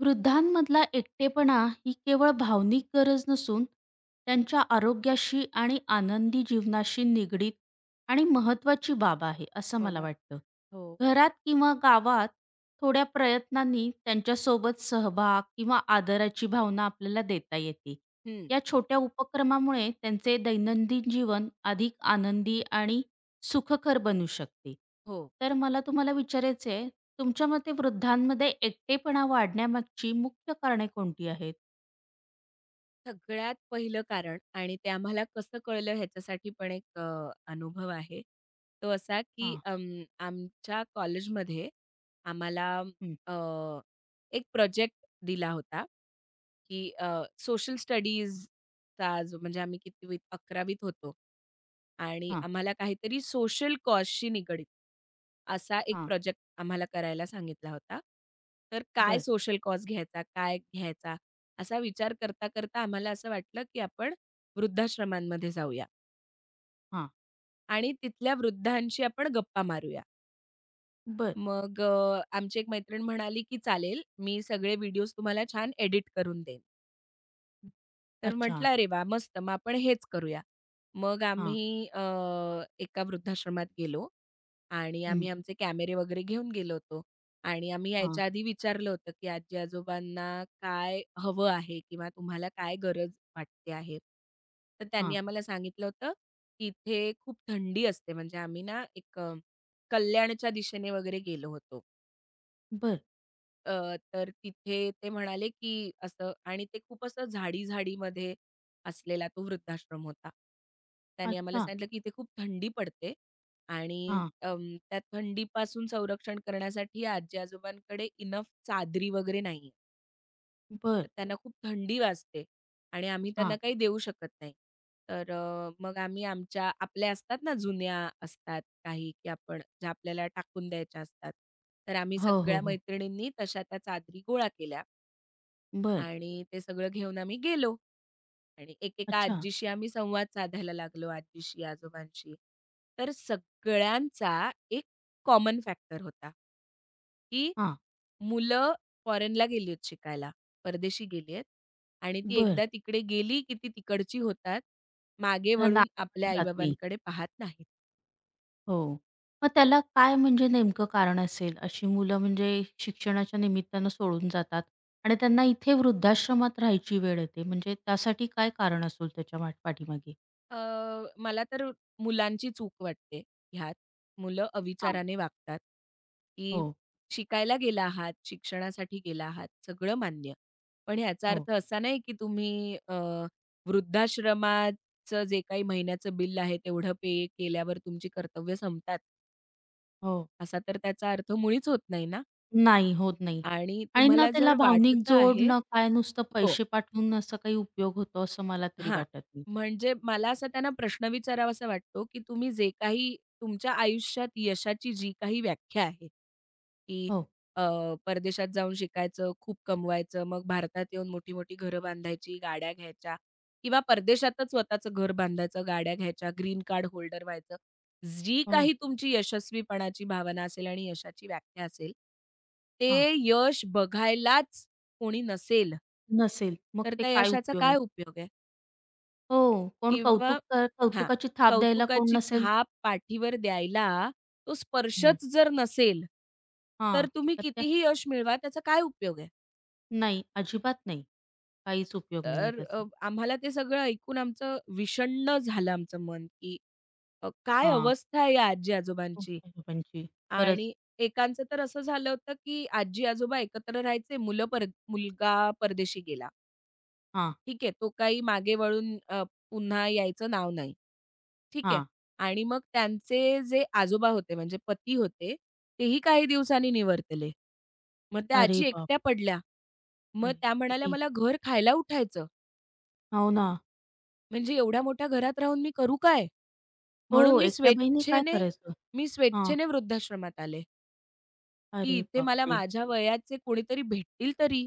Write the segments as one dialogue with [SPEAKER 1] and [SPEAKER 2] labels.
[SPEAKER 1] वृद्धांमधला एकटेपणा ही केवळ भावनिक गरज नसून त्यांच्या आरोग्याशी आणि आनंदी जीवनाशी निगडीत आणि महत्त्वाची बाब आहे असं
[SPEAKER 2] हो
[SPEAKER 1] मला
[SPEAKER 2] ना.
[SPEAKER 1] वाटतं.
[SPEAKER 2] हो.
[SPEAKER 1] घरात किंवा गावात थोड्या प्रयत्नांनी त्यांच्यासोबत सहभाग किंवा आदराची भावना आपल्याला देता येते.
[SPEAKER 2] हं.
[SPEAKER 1] या छोट्या उपक्रमामुळे त्यांचे दैनंदिन जीवन अधिक आनंदी आणि सुखकर बनू शकते.
[SPEAKER 2] हो.
[SPEAKER 1] तर मला तुम्हाला विचारायचं आहे, तुमच्या मते वृद्धांमध्ये एकटेपणा वाढण्यामागची मुख्य कारणे कोणती आहेत?
[SPEAKER 2] सगळ्यात पहिलं कारण आणि ते आम्हाला कसं कळलं ह्याच्यासाठी पण एक अनुभव आहे. तो असा की
[SPEAKER 1] हां.
[SPEAKER 2] आमच्या कॉलेजमध्ये आम्हाला
[SPEAKER 1] हं.
[SPEAKER 2] अ, एक प्रोजेक्ट दिला होता, की सोशल स्टडीजचा जो म्हणजे आम्ही कितवीत 11वीत होतो आणि
[SPEAKER 1] हां.
[SPEAKER 2] आम्हाला काहीतरी सोशल कॉजशी निगडीत असा एक
[SPEAKER 1] हां.
[SPEAKER 2] प्रोजेक्ट आम्हाला करायला सांगितला होता. तर काय
[SPEAKER 1] बरं.
[SPEAKER 2] सोशल कॉज घ्यायचा, काय घ्यायचा असा विचार करता, करता आम्हाला असं वाटलं, की आपण वृद्धाश्रमांमध्ये जाऊया
[SPEAKER 1] हां.
[SPEAKER 2] आणि तिथल्या वृद्धांशी आपण गप्पा मारूया.
[SPEAKER 1] बरं.
[SPEAKER 2] मग आमची एक मैत्रीण म्हणाली, की "चालेल, मी सगळे व्हिडिओज तुम्हाला छान एडिट करून देईन." तर
[SPEAKER 1] अच्छा.
[SPEAKER 2] म्हटलं, "अरे वाह! मस्त. मग आपण हेच करूया." मग
[SPEAKER 1] हां.
[SPEAKER 2] आम्ही एका वृद्धाश्रमात गेलो आणि
[SPEAKER 1] हं.
[SPEAKER 2] आम्ही आमचे कॅमेरे वगैरे घेऊन गेलो होतो आणि आम्ही
[SPEAKER 1] हां.
[SPEAKER 2] यायच्या आधी विचारलं होतं, की आजी-आजोबांना काय हवं आहे किंवा तुम्हाला काय गरज वाटते आहे. तर त्यांनी
[SPEAKER 1] हां.
[SPEAKER 2] आम्हाला सांगितलं होतं, की इथे खूप थंडी असते म्हणजे आम्ही ना एक कल्याणच्या दिशेने वगैरे गेलो होतो.
[SPEAKER 1] बरं.
[SPEAKER 2] तर तिथे ते म्हणाले, की असं आणि ते खूप असं झाडी-झाडीमध्ये असलेला तो वृद्धाश्रम होता. त्याने आम्हाला
[SPEAKER 1] अच्छा.
[SPEAKER 2] सांगितलं, की इथे खूप थंडी पडते आणि
[SPEAKER 1] हां.
[SPEAKER 2] त्या थंडीपासून संरक्षण करण्यासाठी आजी-आजोबांकडे इनफ चादरी वगैरे नाही.
[SPEAKER 1] बरं.
[SPEAKER 2] तर त्यांना खूप थंडी वाजते आणि आम्ही त्यांना
[SPEAKER 1] हां.
[SPEAKER 2] काही देऊ शकत नाही. तर मग आम्ही आमच्या आपल्या असतात ना जुन्या असतात काही, की आपण ज्या आपल्याला टाकून द्यायच्या असतात. तर आम्ही
[SPEAKER 1] हो, हो,
[SPEAKER 2] सगळ्या
[SPEAKER 1] हो.
[SPEAKER 2] मैत्रिणींनी तशा त्या चादरी गोळा केल्या
[SPEAKER 1] बरं.
[SPEAKER 2] आणि ते सगळं घेऊन आम्ही गेलो. आणि एकेका
[SPEAKER 1] अच्छा.
[SPEAKER 2] आजीशी आम्ही संवाद साधायला लागलो, आजीशी, आजोबांशी. तर सगळ्यांचा एक कॉमन फॅक्टर होता, की
[SPEAKER 1] हां.
[SPEAKER 2] मुलं फॉरेनला गेली आहेत शिकायला, परदेशी गेली आहेत आणि ती
[SPEAKER 1] बरं.
[SPEAKER 2] एकदा तिकडे गेली, की ती तिकडची होतात. मागे वळून आपल्या आई
[SPEAKER 1] राहत नाही.
[SPEAKER 2] पाहत नाहीत.
[SPEAKER 1] हो. मग त्याला काय म्हणजे नेमकं कारण असेल? अशी मुलं म्हणजे शिक्षणाच्या निमित्तानं सोडून जातात आणि त्यांना इथे वृद्धाश्रमात राहायची वेळ येते. म्हणजे त्यासाठी काय कारण असेल त्याच्या पाठीमागे?
[SPEAKER 2] अ, मला तर मुलांची चूक वाटते ह्यात. मुलं
[SPEAKER 1] हां.
[SPEAKER 2] अविचाराने वागतात, की
[SPEAKER 1] हो,
[SPEAKER 2] शिकायला गेला आहात, शिक्षणासाठी गेला आहात, सगळं मान्य. पण ह्याचा
[SPEAKER 1] हो,
[SPEAKER 2] अर्थ असा नाही की तुम्ही वृद्धाश्रमाचं जे काही महिन्याचं बिल आहे तेवढं पे केल्यावर तुमची कर्तव्य संपतात,
[SPEAKER 1] हो.
[SPEAKER 2] असा तर त्याचा अर्थ मुळीच होत नाही ना.
[SPEAKER 1] नाही, होत नाही.
[SPEAKER 2] आणि
[SPEAKER 1] आणि ना
[SPEAKER 2] तुम्हाला
[SPEAKER 1] त्याला
[SPEAKER 2] जर
[SPEAKER 1] भावनिक
[SPEAKER 2] वाटतं
[SPEAKER 1] जोड
[SPEAKER 2] आहे
[SPEAKER 1] ना काय नुसतं
[SPEAKER 2] हो.
[SPEAKER 1] पैसे पाठवून असा काही उपयोग होतो असं मला तरी
[SPEAKER 2] हां.
[SPEAKER 1] वाटत नाही.
[SPEAKER 2] म्हणजे मला असा त्यांना प्रश्न विचारावासा वाटतो, की तुम्ही जे काही तुमच्या आयुष्यात यशाची जी काही व्याख्या आहे, की
[SPEAKER 1] हो,
[SPEAKER 2] अ, परदेशात जाऊन शिकायचं, खूप कमवायचं, मग भारतात येऊन मोठी-मोठी घरं बांधायची, गाड्या घ्यायच्या किंवा परदेशातच स्वतःचं घर बांधायचं, गाड्या घ्यायच्या, ग्रीन कार्ड होल्डर व्हायचं. जी
[SPEAKER 1] हो.
[SPEAKER 2] काही तुमची यशस्वीपणाची भावना असेल आणि यशाची व्याख्या असेल,
[SPEAKER 1] हां.
[SPEAKER 2] ते यश बघायलाच कोणी नसेल,
[SPEAKER 1] नसेल. मग
[SPEAKER 2] तर
[SPEAKER 1] ते
[SPEAKER 2] त्या
[SPEAKER 1] काय
[SPEAKER 2] यशाचा
[SPEAKER 1] उपयोग आहे?
[SPEAKER 2] काय उपयोग आहे?
[SPEAKER 1] हो. कोण
[SPEAKER 2] किंवा
[SPEAKER 1] कौतुक
[SPEAKER 2] हां,
[SPEAKER 1] कौतुकाची थाप द्यायला कोण
[SPEAKER 2] कौतुकाची
[SPEAKER 1] नसेल.
[SPEAKER 2] थाप पाठीवर द्यायला तो
[SPEAKER 1] हं.
[SPEAKER 2] स्पर्शच जर नसेल, तर
[SPEAKER 1] हां.
[SPEAKER 2] तुम्ही
[SPEAKER 1] तर ते
[SPEAKER 2] कितीही यश मिळवा त्याचा काय उपयोग आहे?
[SPEAKER 1] नाही, अजिबात नाही. काहीच उपयोग नाहीये
[SPEAKER 2] तर
[SPEAKER 1] त्याचा.
[SPEAKER 2] आम्हाला ते सगळं ऐकून आमचं विषण्ण झालं आमचं मन, की काय
[SPEAKER 1] हां.
[SPEAKER 2] अवस्था आहे या
[SPEAKER 1] हं.
[SPEAKER 2] आजी-आजोबांची
[SPEAKER 1] आई बाबांची. खरंच.
[SPEAKER 2] आणि एकांचं तर असं झालं होतं, की आजी-आजोबा एकत्र राहायचे, मुलं पर मुलगा परदेशी गेला.
[SPEAKER 1] हां,
[SPEAKER 2] ठीक आहे, तो काही मागे वळून पुन्हा यायचं नाव नाही. ठीक आहे.
[SPEAKER 1] हां.
[SPEAKER 2] आणि मग त्यांचे जे आजोबा होते म्हणजे पती होते, तेही काही दिवसांनी निवर्तले. मग त्या
[SPEAKER 1] अरे
[SPEAKER 2] आजी एकट्या
[SPEAKER 1] बापरे!
[SPEAKER 2] पडल्या. मग त्या म्हणाल्या,
[SPEAKER 1] किती.
[SPEAKER 2] "मला घर खायला उठायचं.
[SPEAKER 1] हो ना.
[SPEAKER 2] म्हणजे एवढ्या मोठ्या घरात राहून मी करू काय?"
[SPEAKER 1] हो,
[SPEAKER 2] म्हणून मी
[SPEAKER 1] एकट्या बाईने काय
[SPEAKER 2] स्वेच्छेने
[SPEAKER 1] करायचं?
[SPEAKER 2] मी
[SPEAKER 1] हां.
[SPEAKER 2] स्वेच्छेने वृद्धाश्रमात आले, की
[SPEAKER 1] अरे
[SPEAKER 2] इथे मला
[SPEAKER 1] बापरे!
[SPEAKER 2] माझ्या वयाचे कोणीतरी भेटतील तरी.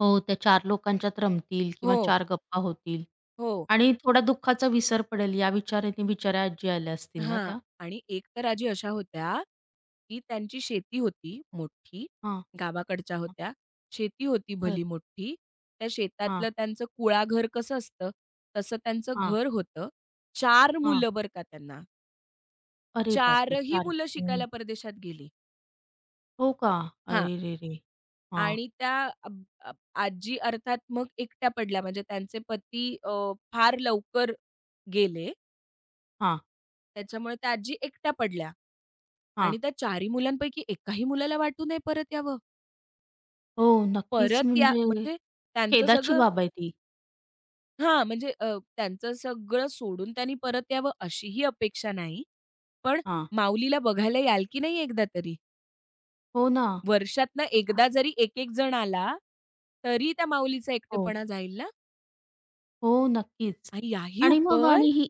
[SPEAKER 1] हो, त्या चार लोकांच्यात रमतील किंवा
[SPEAKER 2] हो,
[SPEAKER 1] चार गप्पा होतील
[SPEAKER 2] हो.
[SPEAKER 1] आणि थोडा दुःखाचा विसर पडेल या विचाराने बिचाऱ्या आजी आल्या असतील ना
[SPEAKER 2] हां.
[SPEAKER 1] त्या?
[SPEAKER 2] आणि एक तर आजी अशा होत्या, की त्यांची शेती होती मोठी,
[SPEAKER 1] हां,
[SPEAKER 2] गावाकडच्या
[SPEAKER 1] हां.
[SPEAKER 2] होत्या. शेती होती
[SPEAKER 1] बरं.
[SPEAKER 2] भली मोठी. त्या
[SPEAKER 1] हां,
[SPEAKER 2] शेतातलं त्यांचं कुळाघर कसं असतं, तसं त्यांचं
[SPEAKER 1] हां,
[SPEAKER 2] घर होतं. चार
[SPEAKER 1] हां.
[SPEAKER 2] मुलं बरं का त्यांना.
[SPEAKER 1] अरे बापरे!
[SPEAKER 2] 4ही
[SPEAKER 1] 4.
[SPEAKER 2] मुलं
[SPEAKER 1] हं.
[SPEAKER 2] शिकायला परदेशात गेली.
[SPEAKER 1] हो का?
[SPEAKER 2] हां.
[SPEAKER 1] अरेरेरे! हां,
[SPEAKER 2] आणि त्या अब अब आजी अर्थात मग एकट्या पडल्या. म्हणजे त्यांचे पती फार लवकर गेले.
[SPEAKER 1] हां,
[SPEAKER 2] त्याच्यामुळे त्या आजी एकट्या पडल्या
[SPEAKER 1] हां.
[SPEAKER 2] आणि त्या 4ही मुलांपैकी एकाही मुलाला वाटू नये परत यावं.
[SPEAKER 1] हो, नक्कीच
[SPEAKER 2] परत या
[SPEAKER 1] म्हणजे
[SPEAKER 2] म्हणजे त्यांचं
[SPEAKER 1] खेदाची
[SPEAKER 2] सगळं
[SPEAKER 1] बाब आहे ती.
[SPEAKER 2] हां, म्हणजे त्यांचं सगळं सोडून त्यांनी परत यावं अशीही अपेक्षा नाही. पण
[SPEAKER 1] हां.
[SPEAKER 2] माऊलीला बघायला याल की नाही एकदा तरी?
[SPEAKER 1] हो ना.
[SPEAKER 2] वर्षातनं
[SPEAKER 1] ते फा-
[SPEAKER 2] एकदा जरी एक-एक जण आला, तरी त्या माऊलीचा
[SPEAKER 1] हो.
[SPEAKER 2] एकटेपणा जाईल ना?
[SPEAKER 1] हो, नक्कीच.
[SPEAKER 2] आणि याही
[SPEAKER 1] आणि मग
[SPEAKER 2] उपर
[SPEAKER 1] आणि ही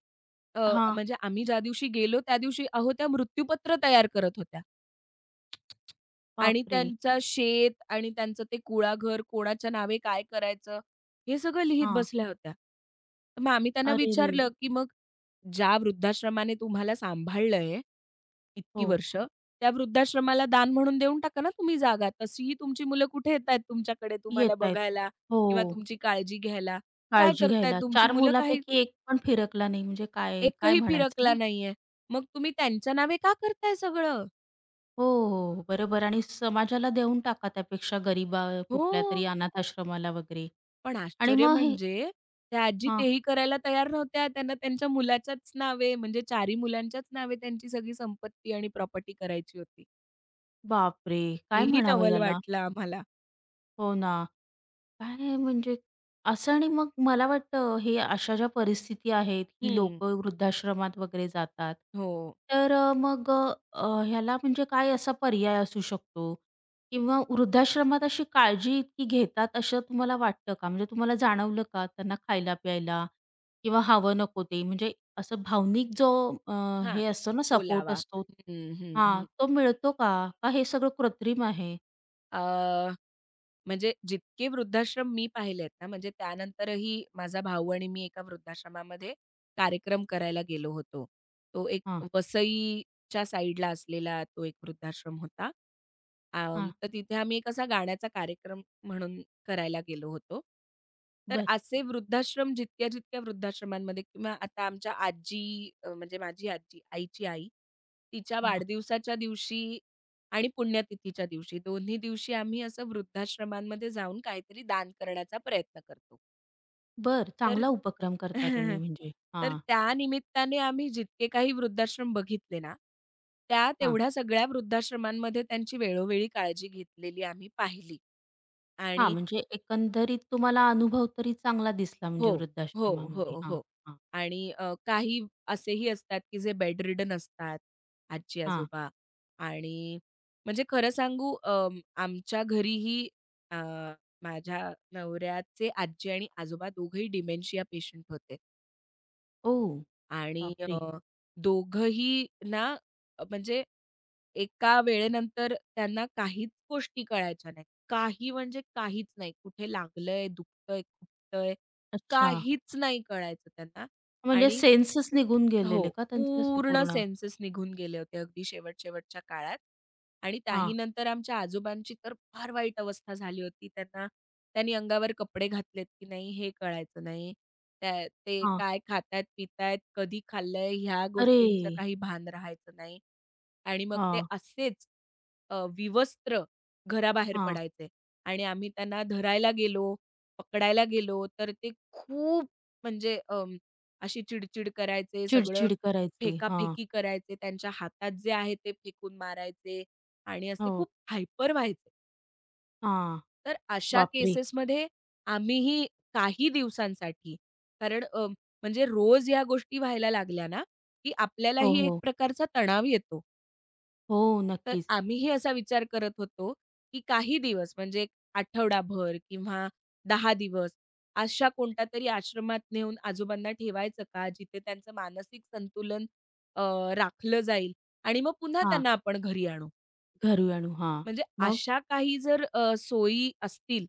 [SPEAKER 2] अ,
[SPEAKER 1] हां.
[SPEAKER 2] म्हणजे आम्ही ज्या दिवशी गेलो त्या दिवशी अहो त्या मृत्यूपत्र तयार करत होत्या. आणि
[SPEAKER 1] बापरे!
[SPEAKER 2] त्यांचा शेत आणि त्यांचं ते कुळाघर, कोणाच्या नावे काय करायचं, हे सगळं लिहीत
[SPEAKER 1] हां.
[SPEAKER 2] बसल्या होत्या. तर मग आम्ही त्यांना
[SPEAKER 1] अरेरे!
[SPEAKER 2] विचारलं, की "मग ज्या वृद्धाश्रमाने तुम्हाला सांभाळलंय इतकी
[SPEAKER 1] हो.
[SPEAKER 2] वर्ष, त्या वृद्धाश्रमाला दान म्हणून देऊन टाका ना तुम्ही जागा. तशीही तुमची मुलं कुठे येतायत तुमच्याकडे तुम्हाला
[SPEAKER 1] येतायत.
[SPEAKER 2] बघायला
[SPEAKER 1] हो,
[SPEAKER 2] किंवा तुमची काळजी घ्यायला. काय
[SPEAKER 1] काळजी
[SPEAKER 2] करताय?
[SPEAKER 1] घ्यायला.
[SPEAKER 2] तुमची
[SPEAKER 1] 4
[SPEAKER 2] मुलं काही
[SPEAKER 1] मुलांपैकी एक पण फिरकला नाही म्हणजे काय काय
[SPEAKER 2] एकही
[SPEAKER 1] म्हणायचं
[SPEAKER 2] फिरकला
[SPEAKER 1] ना?
[SPEAKER 2] नाहीये. मग तुम्ही त्यांच्या नावे का करताय सगळं?"
[SPEAKER 1] हो, हो. बरोबर. आणि समाजाला देऊन टाका त्यापेक्षा,
[SPEAKER 2] हो.
[SPEAKER 1] कुठल्यातरी अनाथ आश्रमाला वगैरे.
[SPEAKER 2] पण
[SPEAKER 1] आणि
[SPEAKER 2] आश्चर्य
[SPEAKER 1] मग हे
[SPEAKER 2] म्हणजे त्या आजी
[SPEAKER 1] हां.
[SPEAKER 2] तेही करायला तयार नव्हत्या. त्यांना त्यांच्या मुलाच्याच नावे म्हणजे 4ही मुलांच्याच नावे त्यांची सगळी संपत्ती आणि प्रॉपर्टी करायची होती.
[SPEAKER 1] बापरे! काय
[SPEAKER 2] हेही
[SPEAKER 1] म्हणावं
[SPEAKER 2] नवल
[SPEAKER 1] याला?
[SPEAKER 2] वाटलं आम्हाला.
[SPEAKER 1] हो ना. काय म्हणजे असं. आणि मग मला वाटतं हे अशा ज्या परिस्थिती आहेत, ही
[SPEAKER 2] हं.
[SPEAKER 1] लोकं वृद्धाश्रमात वगैरे जातात.
[SPEAKER 2] हो.
[SPEAKER 1] तर मग ह्याला म्हणजे काय असा पर्याय असू शकतो? किंवा वृद्धाश्रमात अशी काळजी इतकी घेतात असं तुम्हाला वाटतं का? म्हणजे तुम्हाला जाणवलं का त्यांना खायला-प्यायला किंवा हवं नको ते, म्हणजे असं भावनिक अ,
[SPEAKER 2] हां.
[SPEAKER 1] हे असतो ना, सपोर्ट
[SPEAKER 2] ओलावा.
[SPEAKER 1] असतो.
[SPEAKER 2] हं, हं,
[SPEAKER 1] हां,
[SPEAKER 2] हं.
[SPEAKER 1] तो मिळतो का? का हे सगळं कृत्रिम आहे?
[SPEAKER 2] अ म्हणजे जितके वृद्धाश्रम मी पाहिलेत ना, म्हणजे त्यानंतरही माझा भाऊ आणि मी एका वृद्धाश्रमामध्ये कार्यक्रम करायला गेलो होतो. तो एक
[SPEAKER 1] हां,
[SPEAKER 2] वसईच्या साइडला असलेला तो एक वृद्धाश्रम होता.
[SPEAKER 1] हां.
[SPEAKER 2] तर तिथे आम्ही एक असा गाण्याचा कार्यक्रम म्हणून करायला गेलो होतो. तर
[SPEAKER 1] बरं.
[SPEAKER 2] असे वृद्धाश्रम जितक्या-जितक्या वृद्धाश्रमांमध्ये किंवा आता आमच्या आजी म्हणजे माझी आजी, आईची आई, तिच्या वाढदिवसाच्या दिवशी आणि पुण्यतिथीच्या दिवशी. दोन्ही दिवशी आम्ही असं वृद्धाश्रमांमध्ये जाऊन काहीतरी दान करण्याचा प्रयत्न करतो.
[SPEAKER 1] बर
[SPEAKER 2] तर
[SPEAKER 1] चांगला उपक्रम करता तुम्ही म्हणजे.
[SPEAKER 2] तर
[SPEAKER 1] हां,
[SPEAKER 2] त्या निमित्ताने आम्ही जितके काही वृद्धाश्रम बघितले ना, त्या
[SPEAKER 1] हां.
[SPEAKER 2] तेवढ्या सगळ्या वृद्धाश्रमांमध्ये त्यांची वेळोवेळी काळजी घेतलेली आम्ही पाहिली.
[SPEAKER 1] हां,
[SPEAKER 2] आणि
[SPEAKER 1] म्हणजे एकंदरीत तुम्हाला अनुभव तरी चांगला दिसला
[SPEAKER 2] हो,
[SPEAKER 1] म्हणजे
[SPEAKER 2] हो, हो,
[SPEAKER 1] वृद्धाश्रमामध्ये. हां,
[SPEAKER 2] हो.
[SPEAKER 1] हां,
[SPEAKER 2] आणि काही असेही असतात, की जे बेड रिडन असतात,
[SPEAKER 1] हां.
[SPEAKER 2] आजी-आजोबा आणि म्हणजे खरं सांगू आमच्या घरीही अ, माझ्या नवऱ्याचे आजी आणि आजोबा दोघंही डिमेन्शिया पेशंट होते
[SPEAKER 1] ओह!
[SPEAKER 2] आणि
[SPEAKER 1] बापरे!
[SPEAKER 2] दोघंही ना म्हणजे एका वेळेनंतर त्यांना काहीच गोष्टी कळायच्या नाहीत. काही म्हणजे काहीच नाही. कुठे लागलंय, दुखतंय, खुपतंय,
[SPEAKER 1] अच्छा.
[SPEAKER 2] काहीच नाही कळायचं त्यांना
[SPEAKER 1] म्हणजे
[SPEAKER 2] आणि
[SPEAKER 1] सेन्सच निघून गेलेले
[SPEAKER 2] हो.
[SPEAKER 1] का त्यांचे असे
[SPEAKER 2] पूर्ण
[SPEAKER 1] पूर्ण?
[SPEAKER 2] सेन्सेस निघून गेले होते अगदी शेवट-शेवटच्या काळात. आणि त्याही
[SPEAKER 1] हां,
[SPEAKER 2] नंतर आमच्या आजोबांची तर फार वाईट अवस्था झाली होती. त्यांना त्यांनी अंगावर कपडे घातलेत की नाही हे कळायचं नाही. त्या ते
[SPEAKER 1] हां.
[SPEAKER 2] काय खातायत, पितायत, कधी खाल्लंय ह्या
[SPEAKER 1] अरे!
[SPEAKER 2] गोष्टींचं काही भान राहायचं नाही. आणि मग ते
[SPEAKER 1] हां,
[SPEAKER 2] असेच विवस्त्र घराबाहेर
[SPEAKER 1] हां.
[SPEAKER 2] पडायचे आणि आम्ही त्यांना धरायला गेलो, पकडायला गेलो, तर ते खूप म्हणजे अशी चिडचिड करायचे, सगळं
[SPEAKER 1] चिड-चिड करायचे. हां.
[SPEAKER 2] फेकाफेकी करायचे, त्यांच्या हातात जे आहे ते फेकून मारायचे आणि असे
[SPEAKER 1] हो.
[SPEAKER 2] खूप हायपर व्हायचे.
[SPEAKER 1] हां.
[SPEAKER 2] तर अशा
[SPEAKER 1] बापरे!
[SPEAKER 2] केसेसमध्ये आम्हीही काही दिवसांसाठी कारण म्हणजे रोज या गोष्टी व्हायला लागल्या ना, की
[SPEAKER 1] हो,
[SPEAKER 2] आपल्यालाही एक
[SPEAKER 1] हो.
[SPEAKER 2] प्रकारचा तणाव येतो.
[SPEAKER 1] हो,
[SPEAKER 2] तर
[SPEAKER 1] नक्कीच.
[SPEAKER 2] आम्हीही असा विचार करत होतो, की काही दिवस म्हणजे एक आठवडाभर किंवा 10 दिवस अशा कोणत्या तरी आश्रमात नेऊन आजोबांना ठेवायचं का? जिथे त्यांचं मानसिक संतुलन अ, राखलं जाईल आणि मग पुन्हा
[SPEAKER 1] हां,
[SPEAKER 2] त्यांना आपण घरी आणू.
[SPEAKER 1] घरी आणू. हां.
[SPEAKER 2] म्हणजे
[SPEAKER 1] मग?
[SPEAKER 2] अशा काही जर सोयी असतील,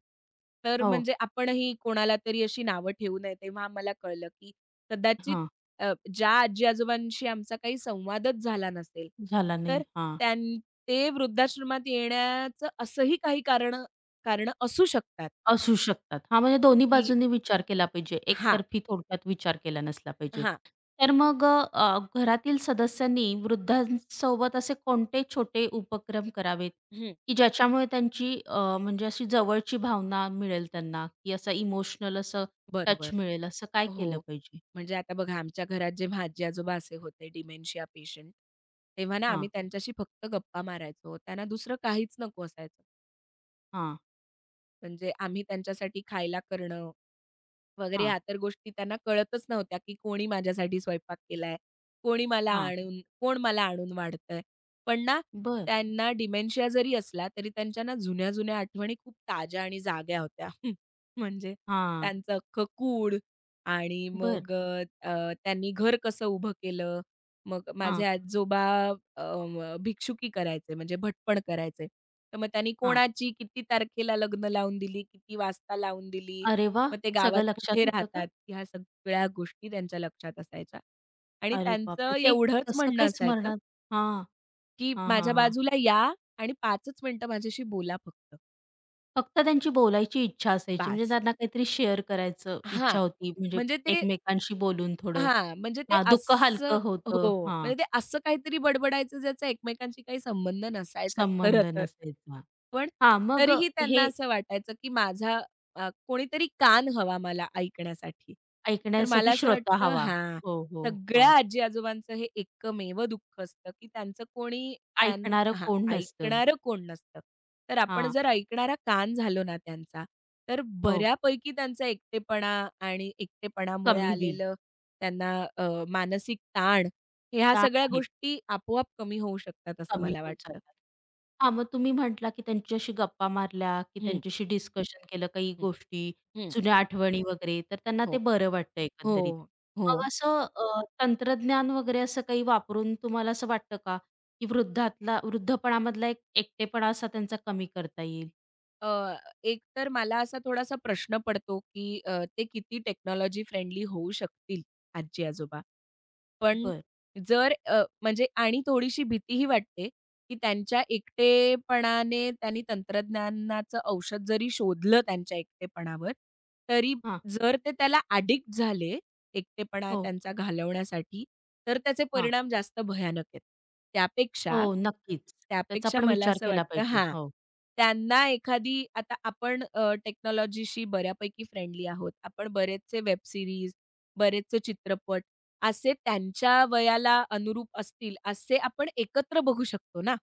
[SPEAKER 2] तर
[SPEAKER 1] हो.
[SPEAKER 2] म्हणजे आपणही कोणाला तरी अशी नावं ठेवू नये. तेव्हा आम्हाला कळलं, की कदाचित
[SPEAKER 1] हां.
[SPEAKER 2] ज्या आजी-आजोबांशी आमचा काही संवादच झाला नसेल,
[SPEAKER 1] झाला नाही.
[SPEAKER 2] तर
[SPEAKER 1] हां.
[SPEAKER 2] त्यां ते वृद्धाश्रमात येण्याचं असंही काही कारणं असू शकतात,
[SPEAKER 1] असू शकतात. हां, म्हणजे दोन्ही
[SPEAKER 2] की
[SPEAKER 1] बाजूंनी विचार केला पाहिजे.
[SPEAKER 2] हां,
[SPEAKER 1] एकतर्फी थोडक्यात विचार केला नसला पाहिजे.
[SPEAKER 2] हां.
[SPEAKER 1] तर मग अ, अ, घरातील सदस्यांनी वृद्धांसोबत असे कोणते छोटे उपक्रम करावेत,
[SPEAKER 2] हं.
[SPEAKER 1] की ज्याच्यामुळे त्यांची, म्हणजे अशी जवळची भावना मिळेल त्यांना, की असं इमोशनल असं टच
[SPEAKER 2] बरोबर.
[SPEAKER 1] मिळेल, असं काय केलं
[SPEAKER 2] हो.
[SPEAKER 1] पाहिजे?
[SPEAKER 2] म्हणजे आता बघा आमच्या घरात जेव्हा आजी-आजोबा असे होते डिमेन्शिया पेशंट, तेव्हा ना
[SPEAKER 1] हां,
[SPEAKER 2] आम्ही त्यांच्याशी फक्त गप्पा मारायचो. त्यांना दुसरं काहीच नको असायचं.
[SPEAKER 1] हां,
[SPEAKER 2] म्हणजे आम्ही त्यांच्यासाठी खायला करणं वगैरे
[SPEAKER 1] हां,
[SPEAKER 2] ह्या तर गोष्टी त्यांना कळतच नव्हत्या, की कोणी माझ्यासाठी स्वयंपाक केलाय,
[SPEAKER 1] हां.
[SPEAKER 2] कोण मला आणून वाढतंय. पण ना
[SPEAKER 1] बरं.
[SPEAKER 2] त्यांना डिमेन्शिया जरी असला, तरी त्यांच्या ना जुन्या-जुन्या आठवणी खूप ताज्या आणि जाग्या होत्या. म्हणजे
[SPEAKER 1] हां.
[SPEAKER 2] त्यांचं अख्खं कूड आणि
[SPEAKER 1] बरं.
[SPEAKER 2] मग अ, अ, त्यांनी घर कसं उभं केलं. मग माझे
[SPEAKER 1] हां,
[SPEAKER 2] आजोबा अ, भिक्षुकी करायचे म्हणजे भटपण करायचे. तर मग त्यांनी
[SPEAKER 1] हां.
[SPEAKER 2] कोणाची किती तारखेला लग्न लावून दिली, किती वाजता लावून दिली,
[SPEAKER 1] अरे वाह!
[SPEAKER 2] मग ते गावात
[SPEAKER 1] सगळं लक्षात
[SPEAKER 2] कुठे
[SPEAKER 1] होतं का?
[SPEAKER 2] राहतात, ह्या सगळ्या गोष्टी त्यांच्या लक्षात असायच्या. आणि
[SPEAKER 1] अरे
[SPEAKER 2] त्यांचं
[SPEAKER 1] बापरे! ते
[SPEAKER 2] एवढंच
[SPEAKER 1] कसं
[SPEAKER 2] म्हणणं
[SPEAKER 1] काय
[SPEAKER 2] असायचं,
[SPEAKER 1] स्मरणात? हां.
[SPEAKER 2] की
[SPEAKER 1] हां, हां,
[SPEAKER 2] "माझ्या
[SPEAKER 1] हां.
[SPEAKER 2] बाजूला या आणि 5च मिनिटं माझ्याशी बोला फक्त,
[SPEAKER 1] फक्त त्यांची बोलायची इच्छा असायची, म्हणजे
[SPEAKER 2] बास."
[SPEAKER 1] त्यांना काहीतरी शेअर करायचं
[SPEAKER 2] हां,
[SPEAKER 1] इच्छा होती, म्हणजे
[SPEAKER 2] म्हणजे ते
[SPEAKER 1] एकमेकांशी बोलून थोडं.
[SPEAKER 2] हां, म्हणजे ते
[SPEAKER 1] हां, दुःख
[SPEAKER 2] असं
[SPEAKER 1] हलकं
[SPEAKER 2] हो,
[SPEAKER 1] होतं. हां,
[SPEAKER 2] म्हणजे ते असं काहीतरी बडबडायचं ज्याचा एकमेकांशी काही संबंध नसायचा खरं
[SPEAKER 1] संबंध
[SPEAKER 2] तर.
[SPEAKER 1] नसायचा.
[SPEAKER 2] पण
[SPEAKER 1] हां, मग
[SPEAKER 2] तरीही त्यांना
[SPEAKER 1] हे
[SPEAKER 2] असं वाटायचं, की माझा कोणीतरी कान हवा मला ऐकण्यासाठी. तर मला
[SPEAKER 1] ऐकण्यासाठी
[SPEAKER 2] असं
[SPEAKER 1] श्रोता
[SPEAKER 2] वाटतं
[SPEAKER 1] हवा.
[SPEAKER 2] हां,
[SPEAKER 1] हो, हो.
[SPEAKER 2] सगळ्या
[SPEAKER 1] हां,
[SPEAKER 2] आजी-आजोबांचं हे एकमेव दुःख असतं, की त्यांचं कोणी त्यां
[SPEAKER 1] ऐकणारं
[SPEAKER 2] हां,
[SPEAKER 1] कोण नसतं.
[SPEAKER 2] ऐकणारं कोण नसतं. तर आपण
[SPEAKER 1] हां.
[SPEAKER 2] जर ऐकणारा कान झालो ना त्यांचा, तर
[SPEAKER 1] हो.
[SPEAKER 2] बऱ्यापैकी त्यांचा एकटेपणा आणि एकटेपणामुळे
[SPEAKER 1] कमी होईल.
[SPEAKER 2] आलेलं त्यांना मानसिक ताण ह्या
[SPEAKER 1] ताण
[SPEAKER 2] सगळ्या
[SPEAKER 1] आहेत,
[SPEAKER 2] गोष्टी आपोआप कमी होऊ शकतात असं
[SPEAKER 1] कमी
[SPEAKER 2] मला
[SPEAKER 1] होऊन
[SPEAKER 2] वाटतं.
[SPEAKER 1] जातात. हां, मग तुम्ही म्हटला, की त्यांच्याशी गप्पा मारल्या, की
[SPEAKER 2] हं,
[SPEAKER 1] त्यांच्याशी डिस्कशन केलं काही
[SPEAKER 2] हं,
[SPEAKER 1] गोष्टी,
[SPEAKER 2] हं.
[SPEAKER 1] जुन्या आठवणी वगैरे, तर त्यांना ते
[SPEAKER 2] हो,
[SPEAKER 1] बरं वाटतं
[SPEAKER 2] हो,
[SPEAKER 1] एकंदरीत.
[SPEAKER 2] हो.
[SPEAKER 1] मग असं तंत्रज्ञान वगैरे असं काही वापरून तुम्हाला असं वाटतं का, की वृद्धपणामधला एकटेपणा असा त्यांचा कमी करता येईल?
[SPEAKER 2] अ, एक तर मला असा थोडासा प्रश्न पडतो, की ते किती टेक्नॉलॉजी फ्रेंडली होऊ शकतील आजी-आजोबा. पण
[SPEAKER 1] बरं.
[SPEAKER 2] जर म्हणजे आणि थोडीशी भीतीही वाटते, की त्यांच्या एकटेपणाने त्यांनी तंत्रज्ञानाचं औषध जरी शोधलं त्यांच्या एकटेपणावर, तरी
[SPEAKER 1] हां.
[SPEAKER 2] जर ते त्याला ॲडिक्ट झाले एकटेपणा
[SPEAKER 1] हो.
[SPEAKER 2] त्यांचा घालवण्यासाठी, तर त्याचे
[SPEAKER 1] हां.
[SPEAKER 2] परिणाम जास्त भयानक आहेत. त्यापेक्षा
[SPEAKER 1] हो, नक्कीच. त्याचा
[SPEAKER 2] त्यापेक्षा
[SPEAKER 1] पण
[SPEAKER 2] मला
[SPEAKER 1] विचार
[SPEAKER 2] असं
[SPEAKER 1] केला
[SPEAKER 2] वाटतं
[SPEAKER 1] पाहिजे.
[SPEAKER 2] हां,
[SPEAKER 1] हो.
[SPEAKER 2] त्यांना एखादी आता आपण टेक्नॉलॉजीशी बऱ्यापैकी फ्रेंडली आहोत. आपण बरेचसे वेब सीरीज, बरेचसे चित्रपट असे त्यांच्या वयाला अनुरूप असतील, असे आपण एकत्र बघू शकतो ना.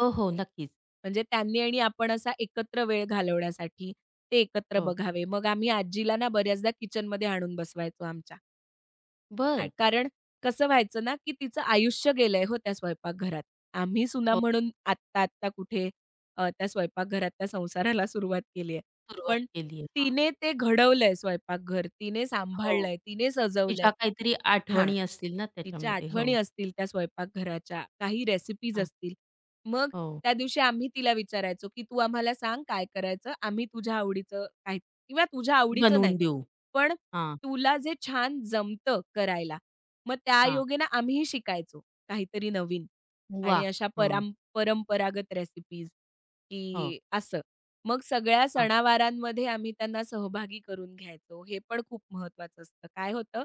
[SPEAKER 1] हो, हो, नक्कीच.
[SPEAKER 2] म्हणजे त्यांनी आणि आपण असा एकत्र वेळ घालवण्यासाठी ते एकत्र
[SPEAKER 1] हो.
[SPEAKER 2] बघावे. मग आम्ही आजीला ना बऱ्याचदा किचनमध्ये आणून बसवायचो आमच्या.
[SPEAKER 1] बरं.
[SPEAKER 2] कारण कसं व्हायचं ना, की तिचं आयुष्य गेलंय हो त्या स्वयंपाकघरात. आम्ही सुना
[SPEAKER 1] हो,
[SPEAKER 2] म्हणून आत्ता-आत्ता कुठे त्या स्वयंपाकघरात त्या संसाराला सुरुवात केली आहे.
[SPEAKER 1] सुरुवात
[SPEAKER 2] पण
[SPEAKER 1] केली आहे.
[SPEAKER 2] तिने ते घडवलंय स्वयंपाकघर, तिने
[SPEAKER 1] हो,
[SPEAKER 2] सांभाळलंय, तिने
[SPEAKER 1] की
[SPEAKER 2] सजवलंय.
[SPEAKER 1] काहीतरी
[SPEAKER 2] हां.
[SPEAKER 1] आठवणी असतील ना
[SPEAKER 2] तिच्या
[SPEAKER 1] त्याच्यामध्ये.
[SPEAKER 2] आठवणी
[SPEAKER 1] हो.
[SPEAKER 2] असतील त्या स्वयंपाकघराच्या, काही रेसिपीज असतील. मग
[SPEAKER 1] हो,
[SPEAKER 2] त्या दिवशी आम्ही तिला विचारायचो, की "तू आम्हाला सांग काय करायचं? आम्ही तुझ्या आवडीचं काय किंवा तुझ्या आवडीचं
[SPEAKER 1] बनवून
[SPEAKER 2] नाही,
[SPEAKER 1] देऊ.
[SPEAKER 2] पण
[SPEAKER 1] हां,
[SPEAKER 2] तुला जे छान जमतं करायला." मग
[SPEAKER 1] हां.
[SPEAKER 2] त्यायोगे ना आम्हीही शिकायचो काहीतरी नवीन आणि
[SPEAKER 1] वाह!
[SPEAKER 2] अशा
[SPEAKER 1] हां.
[SPEAKER 2] परंपरागत रेसिपीज,
[SPEAKER 1] हो,
[SPEAKER 2] की असं. मग सगळ्या
[SPEAKER 1] हां,
[SPEAKER 2] सणावारांमध्ये आम्ही त्यांना सहभागी करून घ्यायचो. हे पण खूप महत्वाचं असतं. काय होतं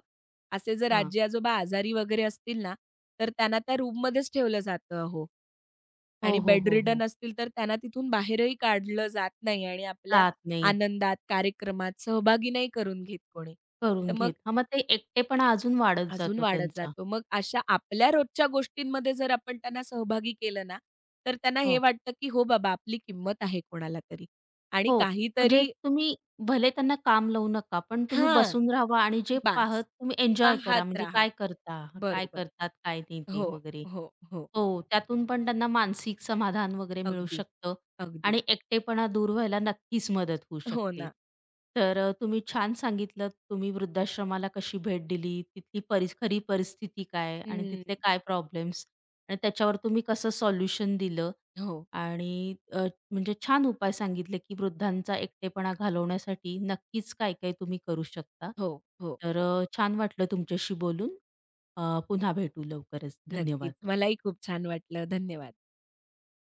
[SPEAKER 2] असे जर
[SPEAKER 1] हां.
[SPEAKER 2] आजी-आजोबा आजारी वगैरे असतील ना, तर त्यांना त्या रूममध्येच ठेवलं जातं अहो
[SPEAKER 1] हो,
[SPEAKER 2] आणि
[SPEAKER 1] हो, हो,
[SPEAKER 2] बेडरिडन
[SPEAKER 1] हो.
[SPEAKER 2] असतील तर त्यांना तिथून बाहेरही काढलं जात नाही आणि आपल्या
[SPEAKER 1] जात नाही,
[SPEAKER 2] आनंदात, कार्यक्रमात सहभागी नाही करून घेत कोणी. तर
[SPEAKER 1] करून
[SPEAKER 2] मग
[SPEAKER 1] घेत. हां, मग ते एकटेपणा अजून वाढत
[SPEAKER 2] अजून
[SPEAKER 1] जातो
[SPEAKER 2] वाढत
[SPEAKER 1] त्यांचा.
[SPEAKER 2] जातो. मग अशा आपल्या रोजच्या गोष्टींमध्ये जर आपण त्यांना सहभागी केलं ना, तर त्यांना हे
[SPEAKER 1] हो.
[SPEAKER 2] वाटतं, की हो बाबा आपली किंमत आहे कोणाला तरी आणि
[SPEAKER 1] हो, म्हणजे
[SPEAKER 2] काहीतरी
[SPEAKER 1] तुम्ही भले त्यांना काम लावू नका, पण तुम्ही
[SPEAKER 2] हां,
[SPEAKER 1] बसून राहावा आणि जे पाहत
[SPEAKER 2] बास.
[SPEAKER 1] तुम्ही एन्जॉय करा.
[SPEAKER 2] पाहत
[SPEAKER 1] म्हणजे
[SPEAKER 2] राहा.
[SPEAKER 1] काय करता, काय
[SPEAKER 2] बरोबर.
[SPEAKER 1] करतात, काय नाही ते
[SPEAKER 2] हो,
[SPEAKER 1] वगैरे.
[SPEAKER 2] हो, हो.
[SPEAKER 1] हो, त्यातून पण त्यांना मानसिक समाधान वगैरे मिळू
[SPEAKER 2] अगदी,
[SPEAKER 1] शकतं
[SPEAKER 2] अगदी.
[SPEAKER 1] आणि एकटेपणा दूर व्हायला नक्कीच मदत होऊ
[SPEAKER 2] हो
[SPEAKER 1] शकते.
[SPEAKER 2] ना.
[SPEAKER 1] तर तुम्ही छान सांगितलंत, तुम्ही वृद्धाश्रमाला कशी भेट दिली, तिथली खरी परिस्थिती काय आणि
[SPEAKER 2] हं.
[SPEAKER 1] तिथले काय प्रॉब्लेम्स आणि त्याच्यावर तुम्ही कसं सॉल्युशन दिलं,
[SPEAKER 2] हो,
[SPEAKER 1] आणि म्हणजे छान उपाय सांगितले, की वृद्धांचा एकटेपणा घालवण्यासाठी नक्कीच काय-काय तुम्ही करू शकता.
[SPEAKER 2] हो, हो.
[SPEAKER 1] तर छान वाटलं तुमच्याशी बोलून. पुन्हा भेटू लवकरच.
[SPEAKER 2] नक्कीच.
[SPEAKER 1] धन्यवाद.
[SPEAKER 2] मलाही खूप छान वाटलं. धन्यवाद.